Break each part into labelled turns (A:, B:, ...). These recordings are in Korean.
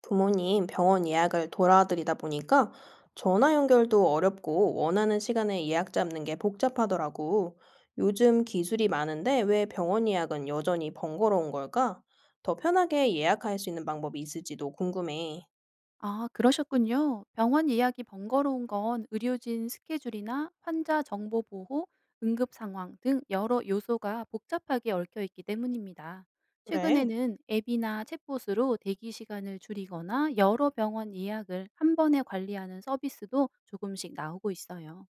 A: 부모님 병원 예약을 돌아드리다 보니까 전화 연결도 어렵고 원하는 시간에 예약 잡는 게 복잡하더라고. 요즘 기술이 많은데 왜 병원 예약은 여전히 번거로운 걸까? 더 편하게 예약할 수 있는 방법이 있을지도 궁금해.
B: 아, 그러셨군요. 병원 예약이 번거로운 건 의료진 스케줄이나 환자 정보 보호, 응급 상황 등 여러 요소가 복잡하게 얽혀 있기 때문입니다.
A: 그래,
B: 최근에는 앱이나 챗봇으로 대기 시간을 줄이거나 여러 병원 예약을 한 번에 관리하는 서비스도 조금씩 나오고 있어요.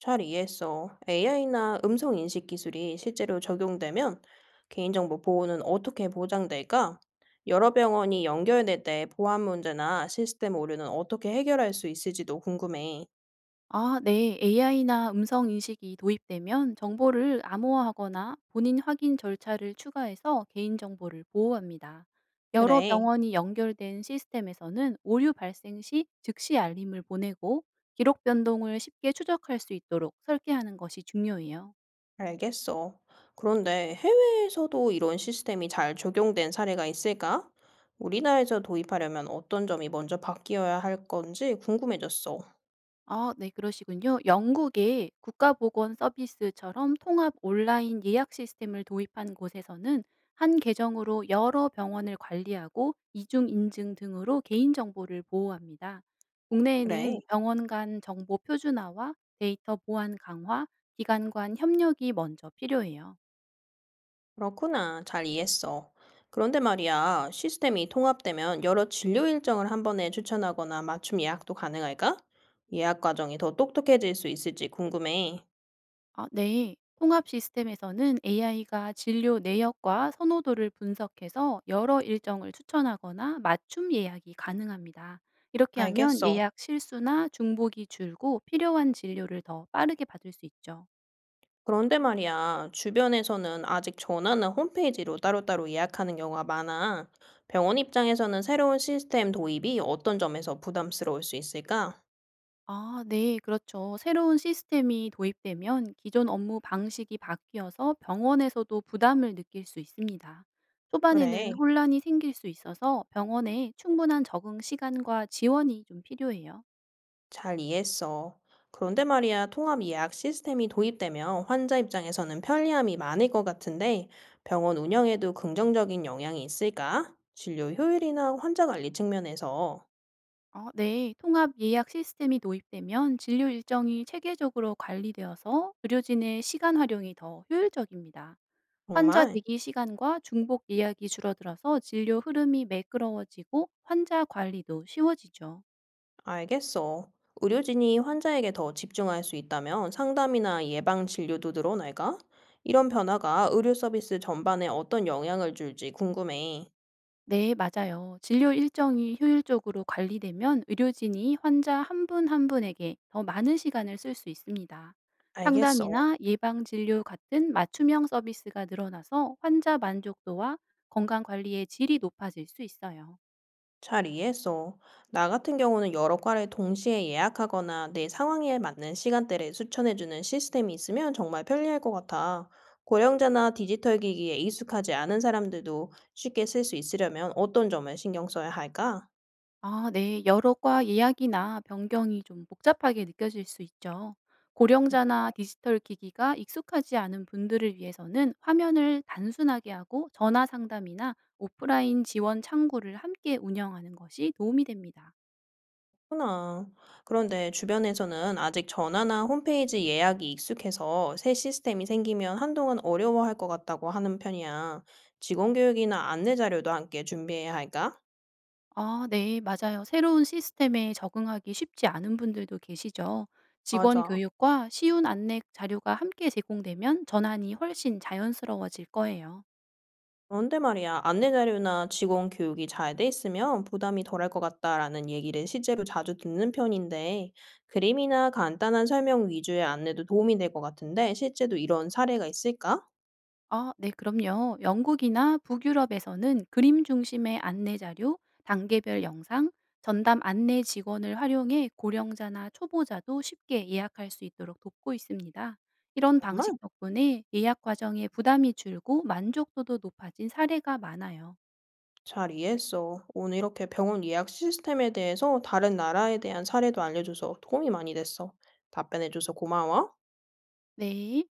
A: 잘 이해했어. AI나 음성 인식 기술이 실제로 적용되면 개인정보 보호는 어떻게 보장될까? 여러 병원이 연결될 때 보안 문제나 시스템 오류는 어떻게 해결할 수 있을지도 궁금해.
B: 아, 네. AI나 음성 인식이 도입되면 정보를 암호화하거나 본인 확인 절차를 추가해서 개인정보를 보호합니다. 여러
A: 그래,
B: 병원이 연결된 시스템에서는 오류 발생 시 즉시 알림을 보내고 기록 변동을 쉽게 추적할 수 있도록 설계하는 것이 중요해요.
A: 알겠어. 그런데 해외에서도 이런 시스템이 잘 적용된 사례가 있을까? 우리나라에서 도입하려면 어떤 점이 먼저 바뀌어야 할 건지 궁금해졌어.
B: 아, 네, 그러시군요. 영국의 국가보건 서비스처럼 통합 온라인 예약 시스템을 도입한 곳에서는 한 계정으로 여러 병원을 관리하고 이중 인증 등으로 개인 정보를 보호합니다.
A: 그래,
B: 국내에는 병원 간 정보 표준화와 데이터 보안 강화, 기관 간 협력이 먼저 필요해요.
A: 그렇구나. 잘 이해했어. 그런데 말이야, 시스템이 통합되면 여러 진료 일정을 한 번에 추천하거나 맞춤 예약도 가능할까? 예약 과정이 더 똑똑해질 수 있을지 궁금해.
B: 아, 네. 통합 시스템에서는 AI가 진료 내역과 선호도를 분석해서 여러 일정을 추천하거나 맞춤 예약이 가능합니다. 이렇게 하면
A: 알겠어.
B: 예약 실수나 중복이 줄고 필요한 진료를 더 빠르게 받을 수 있죠.
A: 그런데 말이야, 주변에서는 아직 전화나 홈페이지로 따로따로 예약하는 경우가 많아. 병원 입장에서는 새로운 시스템 도입이 어떤 점에서 부담스러울 수 있을까?
B: 아, 네, 그렇죠. 새로운 시스템이 도입되면 기존 업무 방식이 바뀌어서 병원에서도 부담을 느낄 수 있습니다. 초반에는
A: 그래,
B: 혼란이 생길 수 있어서 병원에 충분한 적응 시간과 지원이 좀 필요해요.
A: 잘 이해했어. 그런데 말이야, 통합 예약 시스템이 도입되면 환자 입장에서는 편리함이 많을 것 같은데, 병원 운영에도 긍정적인 영향이 있을까? 진료 효율이나 환자 관리 측면에서.
B: 아, 네. 통합 예약 시스템이 도입되면 진료 일정이 체계적으로 관리되어서 의료진의 시간 활용이 더 효율적입니다. 환자
A: 정말?
B: 대기 시간과 중복 예약이 줄어들어서 진료 흐름이 매끄러워지고 환자 관리도 쉬워지죠.
A: 알겠어. 의료진이 환자에게 더 집중할 수 있다면 상담이나 예방 진료도 늘어날까? 이런 변화가 의료 서비스 전반에 어떤 영향을 줄지 궁금해.
B: 네, 맞아요. 진료 일정이 효율적으로 관리되면 의료진이 환자 한 분 한 분에게 더 많은 시간을 쓸 수 있습니다.
A: 알겠어.
B: 상담이나 예방 진료 같은 맞춤형 서비스가 늘어나서 환자 만족도와 건강 관리의 질이 높아질 수 있어요.
A: 잘 이해했어. 나 같은 경우는 여러 과를 동시에 예약하거나 내 상황에 맞는 시간대를 추천해주는 시스템이 있으면 정말 편리할 것 같아. 고령자나 디지털 기기에 익숙하지 않은 사람들도 쉽게 쓸 수 있으려면 어떤 점을 신경 써야 할까?
B: 아, 네. 여러 과 예약이나 변경이 좀 복잡하게 느껴질 수 있죠. 고령자나 디지털 기기가 익숙하지 않은 분들을 위해서는 화면을 단순하게 하고 전화 상담이나 오프라인 지원 창구를 함께 운영하는 것이 도움이 됩니다.
A: 그렇구나. 그런데 주변에서는 아직 전화나 홈페이지 예약이 익숙해서 새 시스템이 생기면 한동안 어려워할 것 같다고 하는 편이야. 직원 교육이나 안내 자료도 함께 준비해야 할까?
B: 아, 네. 맞아요. 새로운 시스템에 적응하기 쉽지 않은 분들도 계시죠. 직원
A: 맞아.
B: 교육과 쉬운 안내 자료가 함께 제공되면 전환이 훨씬 자연스러워질 거예요.
A: 그런데 말이야, 안내 자료나 직원 교육이 잘 돼 있으면 부담이 덜할 것 같다라는 얘기를 실제로 자주 듣는 편인데, 그림이나 간단한 설명 위주의 안내도 도움이 될 것 같은데, 실제로 이런 사례가 있을까?
B: 아, 네, 그럼요. 영국이나 북유럽에서는 그림 중심의 안내 자료, 단계별 영상, 전담 안내 직원을 활용해 고령자나 초보자도 쉽게 예약할 수 있도록 돕고 있습니다. 이런 방식
A: 정말
B: 덕분에 예약 과정에 부담이 줄고 만족도도 높아진 사례가 많아요.
A: 잘 이해했어. 오늘 이렇게 병원 예약 시스템에 대해서 다른 나라에 대한 사례도 알려줘서 도움이 많이 됐어. 답변해줘서 고마워.
B: 네.